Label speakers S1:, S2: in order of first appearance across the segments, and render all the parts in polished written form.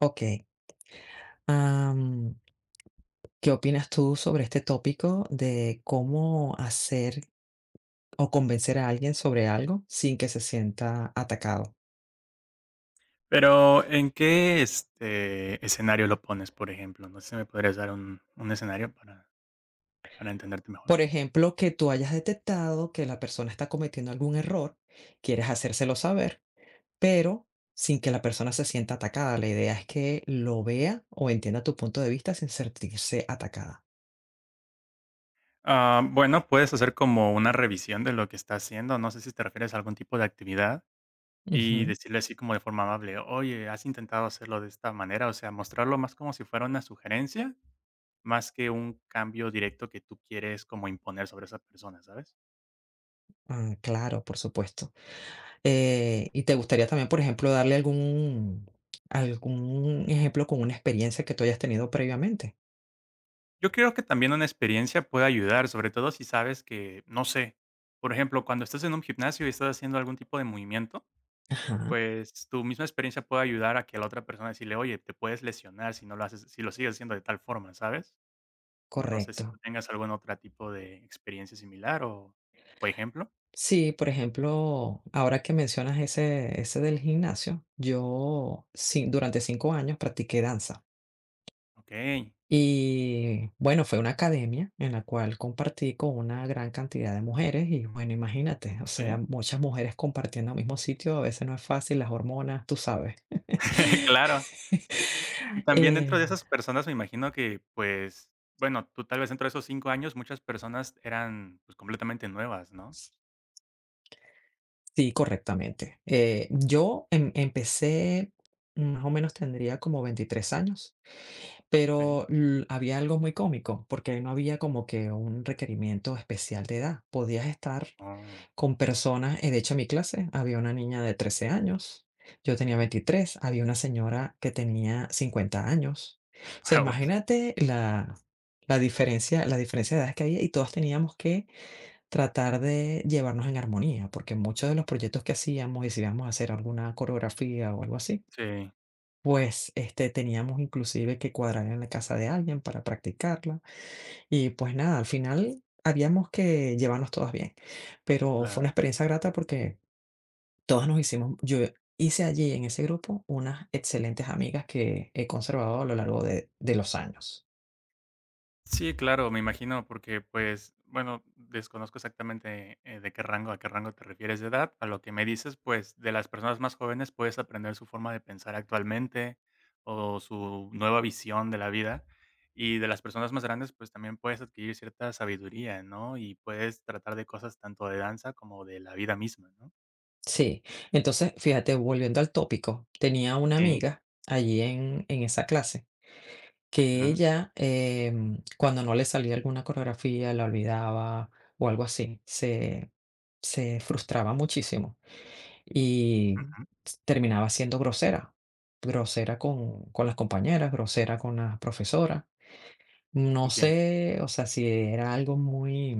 S1: Ok. Am, ¿Qué opinas tú sobre este tópico de cómo hacer o convencer a alguien sobre algo sin que se sienta atacado?
S2: Pero, ¿en qué, este, escenario lo pones, por ejemplo? No sé si me podrías dar un escenario para entenderte mejor.
S1: Por ejemplo, que tú hayas detectado que la persona está cometiendo algún error, quieres hacérselo saber, pero sin que la persona se sienta atacada. La idea es que lo vea o entienda tu punto de vista sin sentirse atacada.
S2: Ah, bueno, puedes hacer como una revisión de lo que está haciendo, no sé si te refieres a algún tipo de actividad, y
S1: Ujú.
S2: decirle así como de forma amable: "Oye, ¿has intentado hacerlo de esta manera?". O sea, mostrarlo más como si fuera una sugerencia, más que un cambio directo que tú quieres como imponer sobre esa persona, ¿sabes?
S1: Ah, claro, por supuesto. Y te gustaría también, por ejemplo, darle algún ejemplo con una experiencia que tú hayas tenido previamente.
S2: Yo creo que también una experiencia puede ayudar, sobre todo si sabes que, no sé, por ejemplo, cuando estás en un gimnasio y estás haciendo algún tipo de movimiento,
S1: Ajá,
S2: pues tu misma experiencia puede ayudar a que la otra persona decirle, oye, te puedes lesionar si no lo haces, si lo sigues haciendo de tal forma, ¿sabes? No sé si tú
S1: correcto.
S2: tengas algún otro tipo de experiencia similar o ejemplo.
S1: Sí, por ejemplo, ahora que mencionas ese del gimnasio, yo, sí, durante 5 años practiqué danza.
S2: Ok,
S1: Y bueno, fue una academia en la cual compartí con una gran cantidad de mujeres y bueno, imagínate, o sea,
S2: sí,
S1: muchas mujeres compartiendo el mismo sitio, a veces no es fácil, las hormonas, tú sabes.
S2: claro. Y también dentro
S1: Eh,
S2: de esas personas me imagino que, pues, bueno, tú tal vez dentro de esos 5 años muchas personas eran pues completamente nuevas, ¿no?
S1: sí, correctamente. Yo empecé, más o menos tendría como 23 años.
S2: Sí.
S1: Pero l había algo muy cómico, porque no había como que un requerimiento especial de edad. Podías estar
S2: Oh,
S1: con personas, de hecho, en mi clase había una niña de 13 años, yo tenía
S2: ¿sí?
S1: 23, había una señora que tenía 50 años. O sea,
S2: Ah, pues,
S1: imagínate la diferencia de edades que había, y todas teníamos que tratar de llevarnos en armonía, porque muchos de los proyectos que hacíamos, y si íbamos a hacer alguna coreografía o algo así,
S2: sí,
S1: pues, este, teníamos inclusive que cuadrar en la casa de alguien para practicarla y, pues, nada, al final habíamos que llevarnos todas bien, pero
S2: claro.
S1: fue una experiencia grata porque todas nos hicimos yo hice allí en ese grupo unas excelentes amigas que he conservado a lo largo de los años.
S2: Sí, claro, me imagino, porque, pues, bueno, desconozco exactamente, de qué rango a qué rango te refieres de edad. A lo que me dices, pues, de las personas más jóvenes puedes aprender su forma de pensar actualmente, o su nueva visión de la vida, y de las personas más grandes, pues, también puedes adquirir cierta sabiduría, ¿no? Y puedes tratar de cosas tanto de danza como de la vida misma, ¿no?
S1: Sí, entonces, fíjate, volviendo al tópico, tenía una
S2: Sí.
S1: amiga allí en esa clase que
S2: Ujú,
S1: ella, cuando no le salía alguna coreografía, la olvidaba o algo así, se frustraba muchísimo y
S2: ujú.
S1: terminaba siendo grosera, grosera con las compañeras, grosera con la profesora. No
S2: Entiendo.
S1: sé, o sea, si era algo muy...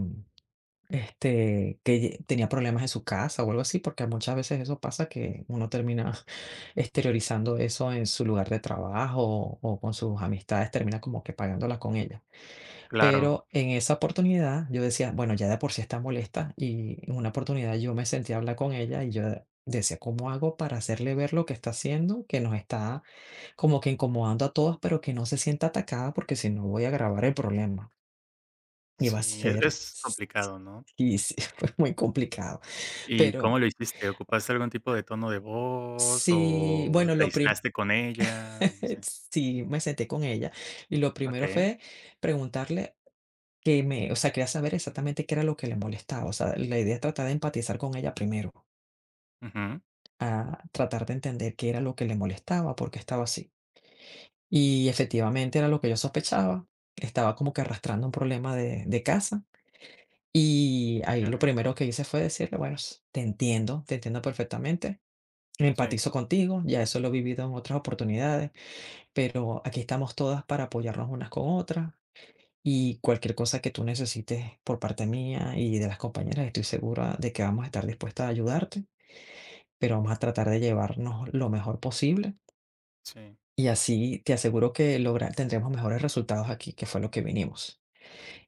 S1: Este, que tenía problemas en su casa o algo así, porque muchas veces eso pasa que uno termina exteriorizando eso en su lugar de trabajo o con sus amistades, termina como que pagándola con ella.
S2: Claro.
S1: Pero en esa oportunidad yo decía, bueno, ya de por sí está molesta y en una oportunidad yo me senté a hablar con ella y yo decía, ¿cómo hago para hacerle ver lo que está haciendo, que nos está como que incomodando a todos, pero que no se sienta atacada porque si no voy a agravar el problema? Y va a
S2: Sí, es
S1: ser,
S2: es complicado, ¿no?
S1: y sí, fue muy complicado.
S2: ¿Y cómo
S1: Pero
S2: lo hiciste? ¿Ocupaste algún tipo de tono de voz
S1: sí,
S2: o
S1: bueno,
S2: te
S1: lo prim
S2: aislaste con ella? No sé.
S1: sí, me senté con ella, y lo primero
S2: Okey.
S1: fue preguntarle que me o sea, quería saber exactamente qué era lo que le molestaba, o sea, la idea es tratar de empatizar con ella primero,
S2: Ujú.
S1: a tratar de entender qué era lo que le molestaba, por qué estaba así. Y efectivamente era lo que yo sospechaba, estaba como que arrastrando un problema de casa, y ahí
S2: Ya
S1: lo
S2: veo.
S1: primero que hice fue decirle: "Bueno, s te entiendo perfectamente,
S2: Sí,
S1: empatizo contigo, ya eso lo he vivido en otras oportunidades, pero aquí estamos todas para apoyarnos unas con otras y cualquier cosa que tú necesites por parte mía y de las compañeras, estoy segura de que vamos a estar dispuestas a ayudarte, pero vamos a tratar de llevarnos lo mejor posible
S2: sí.
S1: y así te aseguro que lograr, tendremos mejores resultados aquí, que fue lo que vinimos.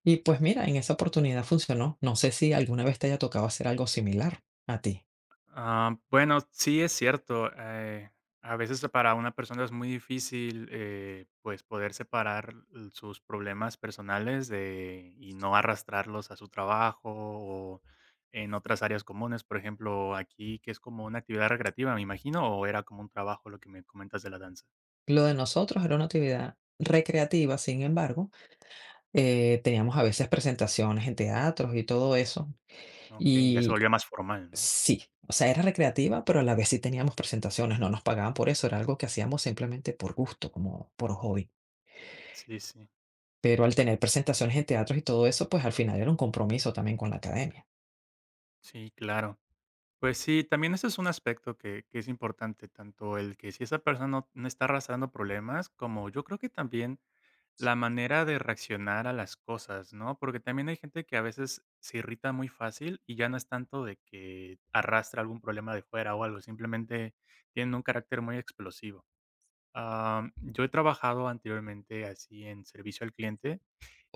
S1: Y pues mira, en esa oportunidad funcionó. No sé si alguna vez te haya tocado hacer algo similar a ti.
S2: Ah, bueno, sí es cierto, a veces para una persona es muy difícil, pues, poder separar l sus problemas personales de y no arrastrarlos a su trabajo o en otras áreas comunes. Por ejemplo, aquí, que es como una actividad recreativa, me imagino, ¿o era como un trabajo lo que me comentas de la danza?
S1: Lo de nosotros era una actividad recreativa, sin embargo, teníamos a veces presentaciones en teatros y todo eso,
S2: Ok, ya se volvió
S1: y
S2: más formal, ¿no?
S1: sí, o sea, era recreativa, pero a la vez sí teníamos presentaciones, no nos pagaban por eso, era algo que hacíamos simplemente por gusto, como por hobby.
S2: Sí, sí.
S1: Pero al tener presentaciones en teatros y todo eso, pues al final era un compromiso también con la academia.
S2: Sí, claro. Pues sí, también ese es un aspecto que es importante, tanto el que si esa persona no está arrastrando problemas, como yo creo que también la manera de reaccionar a las cosas, ¿no? Porque también hay gente que a veces se irrita muy fácil y ya no es tanto de que arrastra algún problema de fuera o algo, simplemente tienen un carácter muy explosivo. Yo he trabajado anteriormente así en servicio al cliente.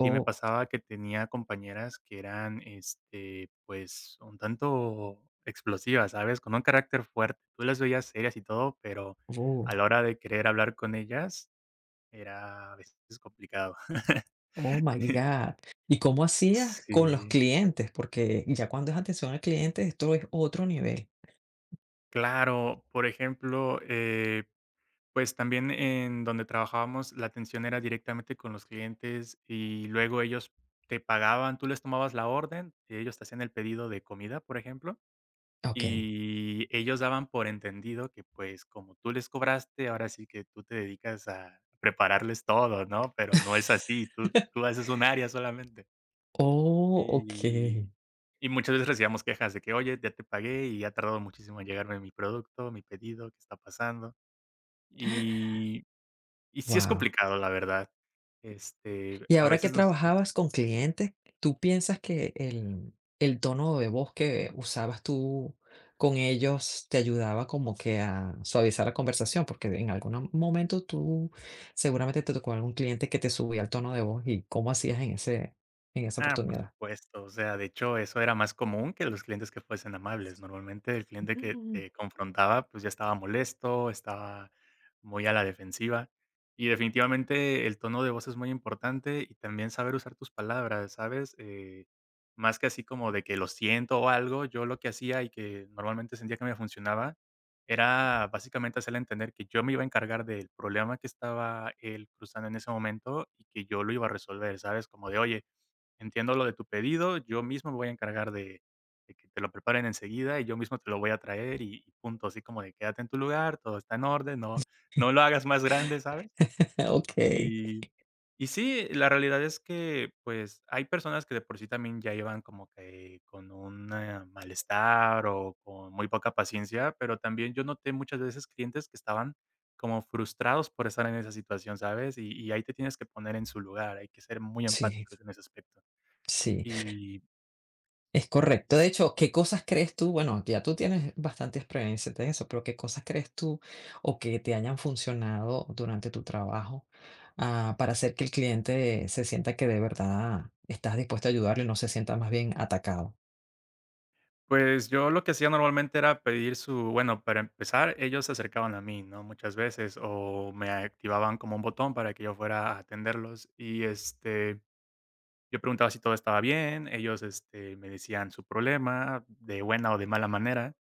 S2: Y me pasaba que tenía compañeras que eran, este, pues, un tanto explosivas, ¿sabes? Con un carácter fuerte. Tú las veías serias y todo, pero
S1: uh,
S2: a la hora de querer hablar con ellas era a veces complicado.
S1: oh my God. ¿Y cómo hacías con los
S2: Sí,
S1: clientes? Porque ya cuando es atención al cliente, esto es otro nivel.
S2: claro. Por ejemplo, pues, también en donde trabajábamos, la atención era directamente con los clientes y luego ellos te pagaban, tú les tomabas la orden, ellos te hacían el pedido de comida, por ejemplo.
S1: Ok.
S2: Y ellos daban por entendido que, pues, como tú les cobraste, ahora sí que tú te dedicas a prepararles todo, ¿no? Pero no es así, tú haces un área solamente.
S1: Oh, ok.
S2: Y y muchas veces recibíamos quejas de que: "Oye, ya te pagué y ha tardado muchísimo en llegarme mi producto, mi pedido, ¿qué está pasando?". Y y sí es
S1: Wow.
S2: complicado, la verdad. Este,
S1: Y
S2: a
S1: ahora que
S2: veces nos...
S1: trabajabas con clientes, ¿tú piensas que el tono de voz que usabas tú con ellos te ayudaba como que a suavizar la conversación? Porque en algún momento tú seguramente te tocó algún cliente que te subía el tono de voz y cómo hacías en ese, en esa
S2: Ah, por
S1: oportunidad.
S2: supuesto, o sea, de hecho, eso era más común que los clientes que fuesen amables. Normalmente el cliente que te confrontaba, pues ya estaba molesto, estaba muy a la defensiva. Y definitivamente el tono de voz es muy importante y también saber usar tus palabras, ¿sabes? Más que así como de que lo siento o algo, yo lo que hacía y que normalmente sentía que me funcionaba era básicamente hacerle entender que yo me iba a encargar del problema que estaba él cruzando en ese momento y que yo lo iba a resolver, ¿sabes? Como de, oye, entiendo lo de tu pedido, yo mismo me voy a encargar de que te lo preparen enseguida y yo mismo te lo voy a traer y punto, así como de quédate en tu lugar, todo está en orden, no lo hagas más grande, ¿sabes?
S1: Ok,
S2: Y y sí, la realidad es que, pues, hay personas que de por sí también ya llevan como que con un, malestar o con muy poca paciencia, pero también yo noté muchas veces clientes que estaban como frustrados por estar en esa situación, ¿sabes? Y ahí te tienes que poner en su lugar, hay que ser muy
S1: sí,
S2: empáticos en ese aspecto.
S1: sí.
S2: Y
S1: Es correcto. De
S2: S
S1: hecho, ¿qué cosas crees tú? Bueno, ya tú tienes bastante experiencia en eso, pero ¿qué cosas crees tú o que te hayan funcionado durante tu trabajo, para hacer que el cliente se sienta que de verdad estás dispuesto a ayudarlo y no se sienta más bien atacado?
S2: pues, yo lo que hacía normalmente era pedir su bueno, para empezar, ellos se acercaban a mí, ¿no? Muchas veces, o me activaban como un botón para que yo fuera a atenderlos. Y, este, yo preguntaba si todo estaba bien, ellos, este, me decían su problema, de buena o de mala manera.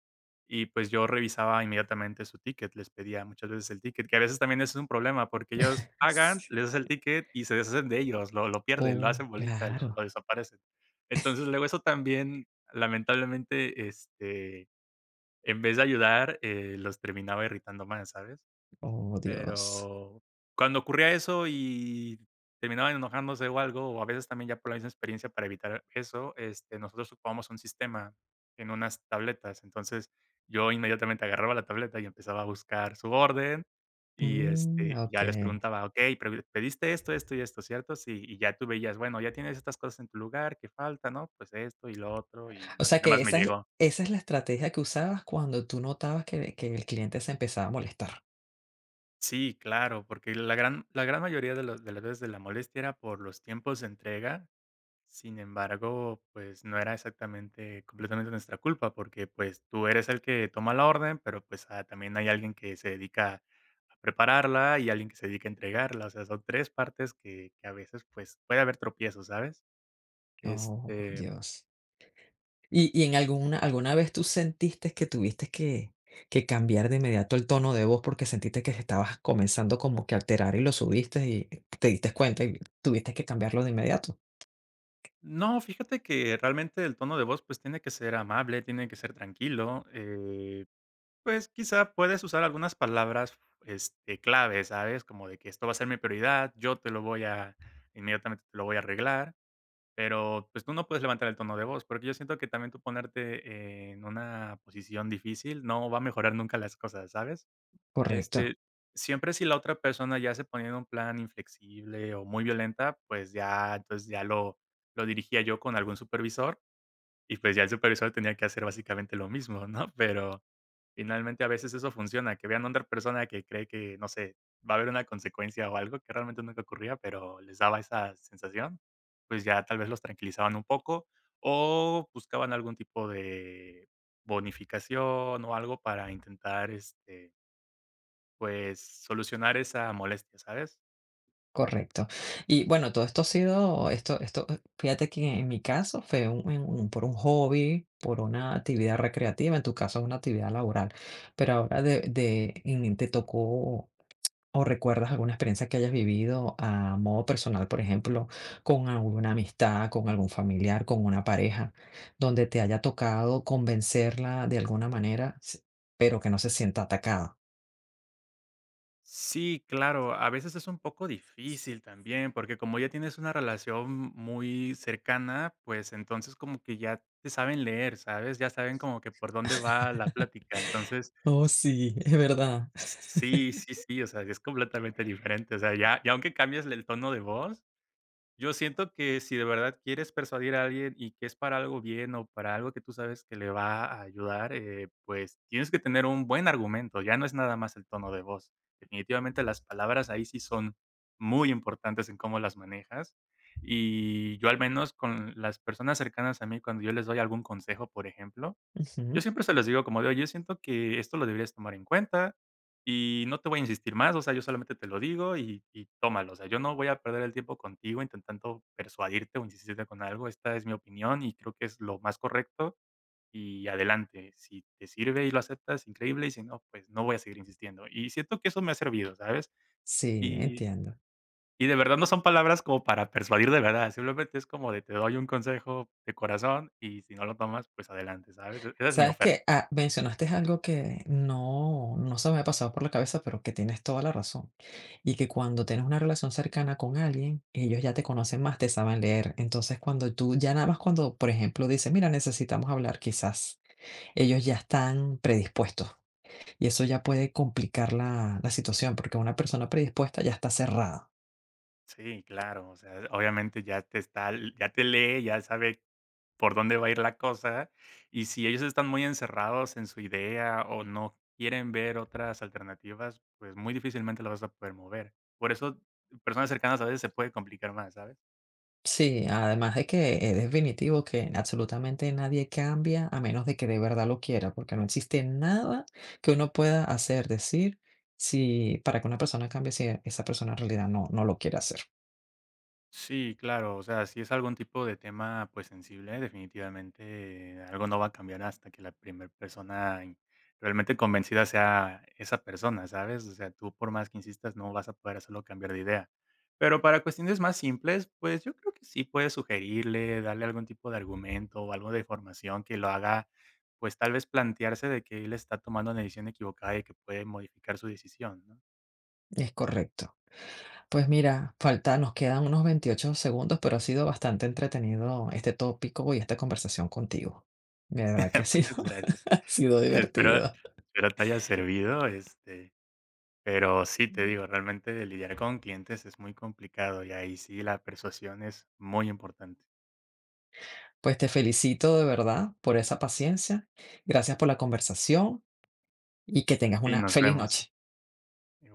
S2: Y, pues, yo revisaba inmediatamente su ticket, les pedía muchas veces el ticket, que a veces también eso es un problema, porque ellos pagan,
S1: S
S2: les das el ticket y se deshacen de ellos, lo pierden, lo
S1: Oh,
S2: hacen bolita, lo
S1: claro.
S2: lo desaparecen. Entonces, luego eso también, lamentablemente, este, en vez de ayudar, los terminaba irritando más, ¿sabes?
S1: Oh, Dios.
S2: Pero cuando ocurría eso y terminaban enojándose o algo, o a veces también ya por la misma experiencia para evitar eso, este, nosotros ocupábamos un sistema en unas tabletas. Entonces, yo inmediatamente agarraba la tableta y empezaba a buscar su orden y,
S1: Mm,
S2: este, ya les
S1: okey.
S2: preguntaba: "Okey, pre pediste esto, esto y esto, ¿cierto? Sí". Y ya tú veías: "Bueno, ya tienes estas cosas en tu lugar, ¿qué falta, no? Pues esto y lo otro", y
S1: O
S2: no y
S1: sea
S2: nada
S1: que
S2: más me
S1: esa es
S2: llegó.
S1: esa es la estrategia que usabas cuando tú notabas que el cliente se empezaba a molestar.
S2: Sí, claro, porque la gran mayoría de los de las veces de la molestia era por los tiempos de entrega. Sin embargo, pues, no era exactamente completamente nuestra culpa, porque, pues, tú eres el que toma la orden, pero, pues, ah, también hay alguien que se dedica a prepararla y alguien que se dedica a entregarla. O sea, son 3 partes que a veces, pues, puede haber tropiezos, ¿sabes?
S1: Oh,
S2: Este,
S1: Dios. Y en alguna vez tú sentiste que tuviste que cambiar de inmediato el tono de voz porque sentiste que estabas comenzando como que a alterar y lo subiste y te diste cuenta y tuviste que cambiarlo de inmediato?
S2: no, fíjate que realmente el tono de voz, pues, tiene que ser amable, tiene que ser tranquilo. Eh. Pues, quizá puedes usar algunas palabras, este, clave, ¿sabes? Como de que esto va a ser mi prioridad, yo te lo voy a inmediatamente te lo voy a arreglar, pero, pues, tú no puedes levantar el tono de voz, porque yo siento que también tú ponerte en una posición difícil no va a mejorar nunca las cosas, ¿sabes?
S1: Correcto,
S2: Este, siempre si la otra persona ya se ponía en un plan inflexible o muy violenta, pues ya, entonces ya lo dirigía yo con algún supervisor y, pues, ya el supervisor tenía que hacer básicamente lo mismo, ¿no? Pero finalmente, a veces eso funciona, que vean a otra persona que cree que, no sé, va a haber una consecuencia o algo que realmente nunca ocurría, pero les daba esa sensación, pues ya tal vez los tranquilizaban un poco o buscaban algún tipo de bonificación o algo para intentar, este, pues, solucionar esa molestia, ¿sabes?
S1: correcto. Y bueno, todo esto ha sido fíjate que en mi caso fue un en un por un hobby, por una actividad recreativa, en tu caso, una actividad laboral, pero ahora te tocó ¿o recuerdas alguna experiencia que hayas vivido a modo personal, por ejemplo, con alguna amistad, con algún familiar, con una pareja, donde te haya tocado convencerla de alguna manera, pero que no se sienta atacada?
S2: Sí, claro, a veces es un poco difícil también, porque como ya tienes una relación muy cercana, pues entonces como que ya te saben leer, ¿sabes? Ya saben como que por dónde va la plática. Entonces,
S1: Oh, sí, es verdad.
S2: sí, sí, sí, o sea, es completamente diferente. O sea, ya, ya aunque cambies el tono de voz, yo siento que si de verdad quieres persuadir a alguien y que es para algo bien o para algo que tú sabes que le va a ayudar, pues tienes que tener un buen argumento, ya no es nada más el tono de voz. Definitivamente las palabras ahí sí son muy importantes en cómo las manejas. Y yo al menos con las personas cercanas a mí, cuando yo les doy algún consejo, por ejemplo, yo
S1: Ujú,
S2: siempre se los digo como de: "Oye, siento que esto lo deberías tomar en cuenta y no te voy a insistir más, o sea, yo solamente te lo digo y tómalo, o sea, yo no voy a perder el tiempo contigo intentando persuadirte o insistirte con algo, esta es mi opinión y creo que es lo más correcto y adelante, si te sirve y lo aceptas, increíble, y si no, pues no voy a seguir insistiendo". Y siento que eso me ha servido, ¿sabes?
S1: sí,
S2: Y
S1: entiendo.
S2: y de verdad no son palabras como para persuadir de verdad, simplemente es como de: "Te doy un consejo de corazón y si no lo tomas, pues adelante", ¿sabes? E esa es mi
S1: Sabes
S2: oferta.
S1: que mencionaste algo que no, no se me había pasado por la cabeza, pero que tienes toda la razón. Y que cuando tienes una relación cercana con alguien, ellos ya te conocen más, te saben leer. Entonces, cuando tú, ya nada más cuando, por ejemplo, dices, mira, necesitamos hablar, quizás ellos ya están predispuestos. Y eso ya puede complicar la situación, porque una persona predispuesta ya está cerrada.
S2: Sí, claro, o sea, obviamente ya te está ya te lee, ya sabe por dónde va a ir la cosa, y si ellos están muy encerrados en su idea o no quieren ver otras alternativas, pues, muy difícilmente la vas a poder mover. Por eso, personas cercanas a veces se puede complicar más, ¿sabes?
S1: Sí, además de que es definitivo que absolutamente nadie cambia a menos de que de verdad lo quiera, porque no existe nada que uno pueda hacer, decir, si para que una persona cambie si esa persona en realidad no, no lo quiere hacer.
S2: Sí, claro, o sea, si es algún tipo de tema, pues, sensible, definitivamente algo no va a cambiar hasta que la primera persona in realmente convencida sea esa persona, ¿sabes? O sea, tú por más que insistas, no vas a poder hacerlo cambiar de idea. Pero para cuestiones más simples, pues, yo creo que sí puedes sugerirle, darle algún tipo de argumento o algo de información que lo haga, pues, tal vez plantearse de que él está tomando una decisión equivocada y que puede modificar su decisión, ¿no?
S1: Es correcto. Pues mira, falta, nos quedan unos 28 segundos, pero ha sido bastante entretenido este tópico y esta conversación contigo. De verdad que ha sido,
S2: Muchas gracias.
S1: ha sido
S2: Espero
S1: divertido.
S2: espero te haya servido, este, pero sí, te
S1: Mm.
S2: digo, realmente lidiar con clientes es muy complicado y ahí sí la persuasión es muy importante.
S1: Pues te felicito de verdad por esa paciencia. Gracias por la conversación y que
S2: A
S1: tengas
S2: ti,
S1: una
S2: nos
S1: feliz
S2: vemos.
S1: noche.